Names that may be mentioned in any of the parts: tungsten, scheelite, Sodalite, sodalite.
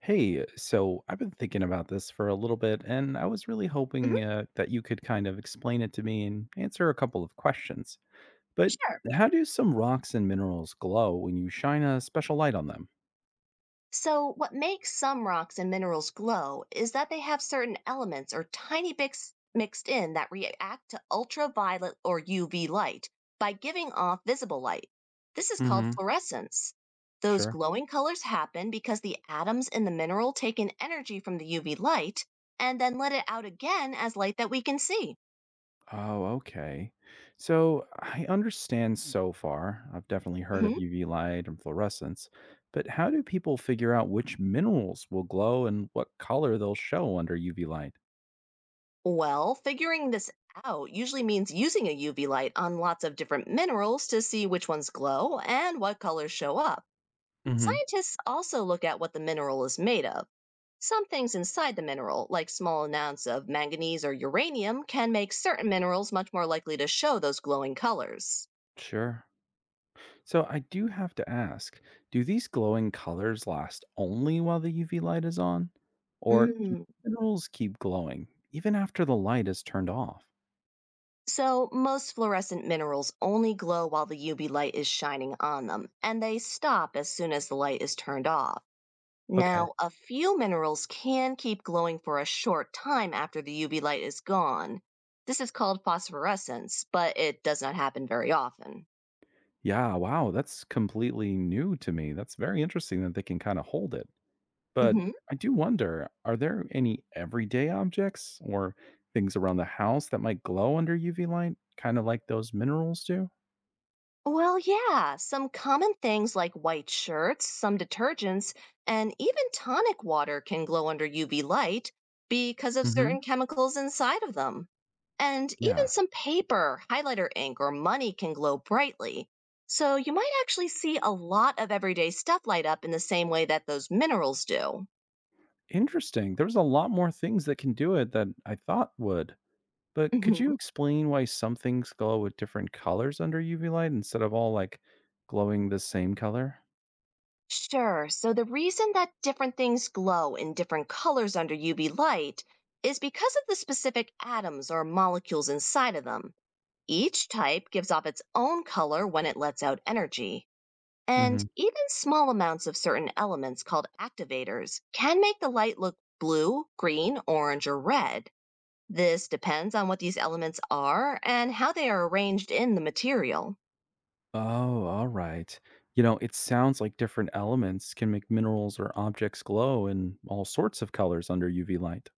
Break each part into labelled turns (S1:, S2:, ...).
S1: Hey, so I've been thinking about this for a little bit, and I was really
S2: Mhm.
S1: hoping that you could kind of explain it to me and answer a couple of questions. But
S2: Sure.
S1: how do some rocks and minerals glow when you shine a special light on them?
S2: So, what makes some rocks and minerals glow is that they have certain elements or tiny bits mixed in that react to ultraviolet or UV light by giving off visible light. This is called
S1: Hmm.
S2: fluorescence. Those
S1: Sure.
S2: glowing colors happen because the atoms in the mineral take in energy from the UV light and then let it out again as light that we can see.
S1: Oh, okay. So I understand so far. I've definitely heard of
S2: Mhm.
S1: UV light and fluorescence, but how do people figure out which minerals will glow and what color they'll show under UV light?
S2: Well, figuring this out usually means using a UV light on lots of different minerals to see which ones glow and what colors show up.
S1: Hmm.
S2: Scientists also look at what the mineral is made of. Some things inside the mineral, like small amounts of manganese or uranium, can make certain minerals much more likely to show those glowing colors.
S1: Sure. So I do have to ask, do these glowing colors last only while the UV light is on? Or do
S2: Mm.
S1: minerals keep glowing even after the light is turned off?
S2: So, most fluorescent minerals only glow while the UV light is shining on them, and they stop as soon as the light is turned off.
S1: Okay.
S2: Now, a few minerals can keep glowing for a short time after the UV light is gone. This is called phosphorescence, but it does not happen very often.
S1: Yeah, wow, that's completely new to me. That's very interesting that they can kind of hold it. But I do wonder, are there any everyday objects or things around the house that might glow under UV light, kind of like those minerals do?
S2: Well, yeah, some common things like white shirts, some detergents, and even tonic water can glow under UV light because of
S1: Mhm.
S2: certain chemicals inside of them. And even
S1: Yeah.
S2: some paper, highlighter ink, or money can glow brightly. So you might actually see a lot of everyday stuff light up in the same way that those minerals do.
S1: Interesting. There's a lot more things that can do it that I thought would. But could you explain why some things glow with different colors under UV light instead of all like glowing the same color?
S2: Sure. So the reason that different things glow in different colors under UV light is because of the specific atoms or molecules inside of them. Each type gives off its own color when it lets out energy. And
S1: Hmm.
S2: even small amounts of certain elements called activators can make the light look blue, green, orange, or red. This depends on what these elements are and how they are arranged in the material.
S1: Oh, all right. You know, it sounds like different elements can make minerals or objects glow in all sorts of colors under UV light.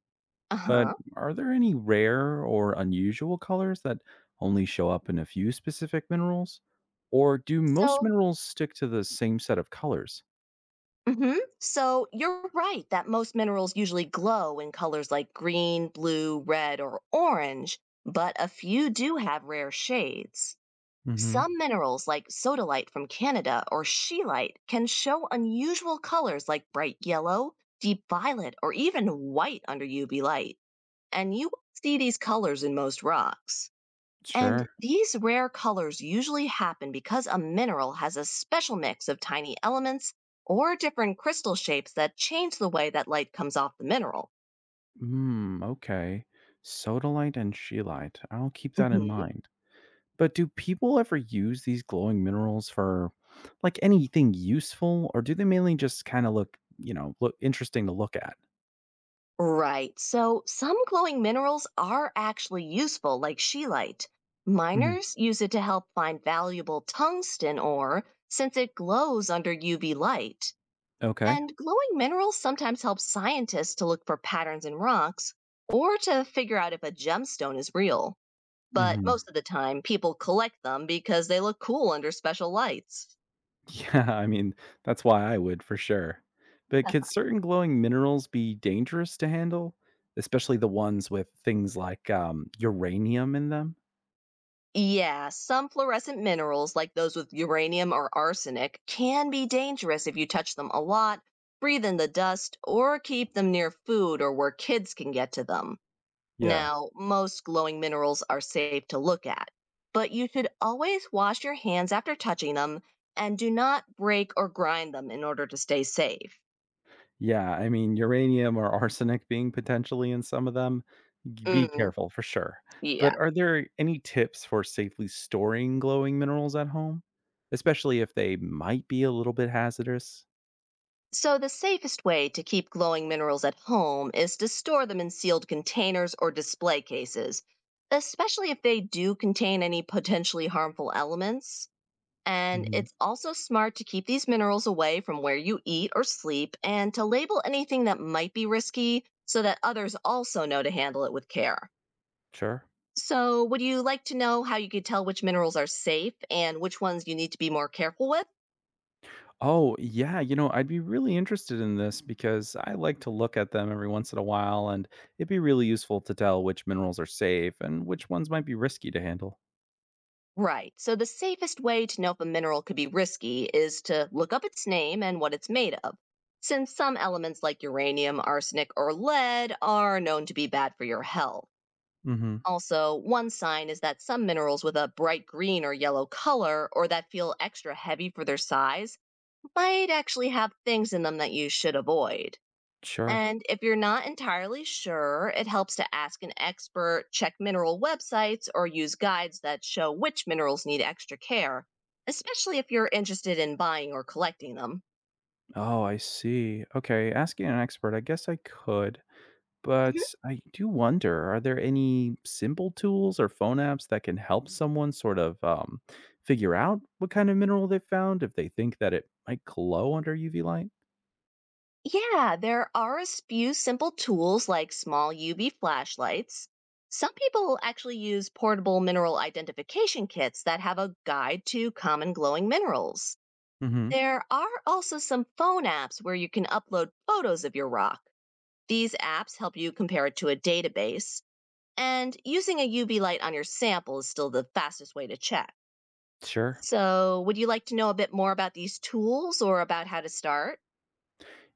S2: Uh
S1: But
S2: huh.
S1: are there any rare or unusual colors that only show up in a few specific minerals? Or do most
S2: So,
S1: minerals stick to the same set of colors?
S2: hmm So you're right that most minerals usually glow in colors like green, blue, red, or orange, but a few do have rare shades.
S1: Hmm.
S2: Some minerals, like sodalite from Canada or scheelite, can show unusual colors like bright yellow, deep violet, or even white under UV light. And you won't see these colors in most rocks. And
S1: Sure.
S2: these rare colors usually happen because a mineral has a special mix of tiny elements or different crystal shapes that change the way that light comes off the mineral.
S1: Hmm. Okay. Sodalite and scheelite. I'll keep that in
S2: Hmm.
S1: mind. But do people ever use these glowing minerals for like anything useful, or do they mainly just kind of look, look interesting to look at?
S2: Right, so some glowing minerals are actually useful, like scheelite.
S1: Hmm.
S2: Miners use it to help find valuable tungsten ore since it glows under UV light.
S1: Okay.
S2: And glowing minerals sometimes help scientists to look for patterns in rocks or to figure out if a gemstone is real. But
S1: Hmm.
S2: most of the time people collect them because they look cool under special lights.
S1: Yeah, I mean, that's why I would for sure. But could certain glowing minerals be dangerous to handle, especially the ones with things like uranium in them?
S2: Yeah, some fluorescent minerals, like those with uranium or arsenic, can be dangerous if you touch them a lot, breathe in the dust, or keep them near food or where kids can get to them.
S1: Yeah.
S2: Now, most glowing minerals are safe to look at, but you should always wash your hands after touching them and do not break or grind them in order to stay safe.
S1: Yeah, I mean, uranium or arsenic being potentially in some of them, g be Mm.
S2: Mm,
S1: careful for sure.
S2: yeah.
S1: But are there any tips for safely storing glowing minerals at home? Especially if they might be a little bit hazardous?
S2: So, the safest way to keep glowing minerals at home is to store them in sealed containers or display cases, especially if they do contain any potentially harmful elements. And
S1: Mhm,
S2: it's also smart to keep these minerals away from where you eat or sleep and to label anything that might be risky so that others also know to handle it with care.
S1: sure.
S2: So, would you like to know how you could tell which minerals are safe and which ones you need to be more careful with?
S1: Oh, yeah, you know, I'd be really interested in this because I like to look at them every once in a while, and it'd be really useful to tell which minerals are safe and which ones might be risky to handle.
S2: Right. So the safest way to know if a mineral could be risky is to look up its name and what it's made of, since some elements like uranium, arsenic, or lead are known to be bad for your health.
S1: Mhm,
S2: Also, one sign is that some minerals with a bright green or yellow color, or that feel extra heavy for their size, might actually have things in them that you should avoid.
S1: sure.
S2: And if you're not entirely sure, it helps to ask an expert, check mineral websites, or use guides that show which minerals need extra care, especially if you're interested in buying or collecting them.
S1: Oh, I see. Okay, asking an expert, I guess I could.
S2: Mhm.
S1: But I do wonder, are there any simple tools or phone apps that can help someone sort of figure out what kind of mineral they found if they think that it might glow under UV light?
S2: Yeah, there are few simple tools like small UV flashlights. Some people actually use portable mineral identification kits that have a guide to common glowing minerals.
S1: Hmm.
S2: There are also some phone apps where you can upload photos of your rock. These apps help you compare it to a database, and using a UV light on your sample is still the fastest way to check.
S1: Sure.
S2: So, would you like to know a bit more about these tools or about how to start?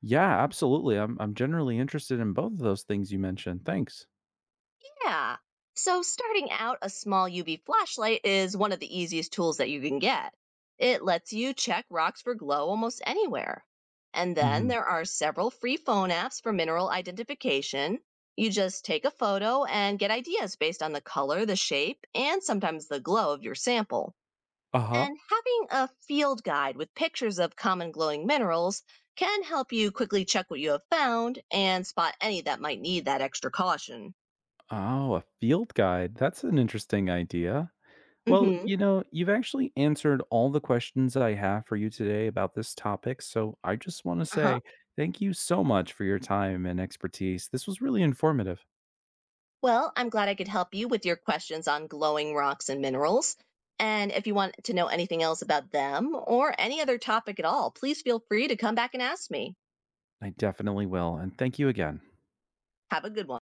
S1: Yeah, absolutely. I'm generally interested in both of those things you mentioned. Thanks.
S2: Yeah. So, starting out, a small UV flashlight is one of the easiest tools that you can get. It lets you check rocks for glow almost anywhere. And then
S1: Hmm.
S2: there are several free phone apps for mineral identification. You just take a photo and get ideas based on the color, the shape, and sometimes the glow of your sample.
S1: Uh huh.
S2: And having a field guide with pictures of common glowing minerals can help you quickly check what you have found and spot any that might need that extra caution.
S1: Oh, a field guide. That's an interesting idea. Well,
S2: Mhm.
S1: you know, you've actually answered all the questions that I have for you today about this topic, so I just want to
S2: Uh-huh.
S1: say thank you so much for your time and expertise. This was really informative.
S2: Well, I'm glad I could help you with your questions on glowing rocks and minerals. And if you want to know anything else about them or any other topic at all, please feel free to come back and ask me.
S1: I definitely will. And thank you again.
S2: Have a good one.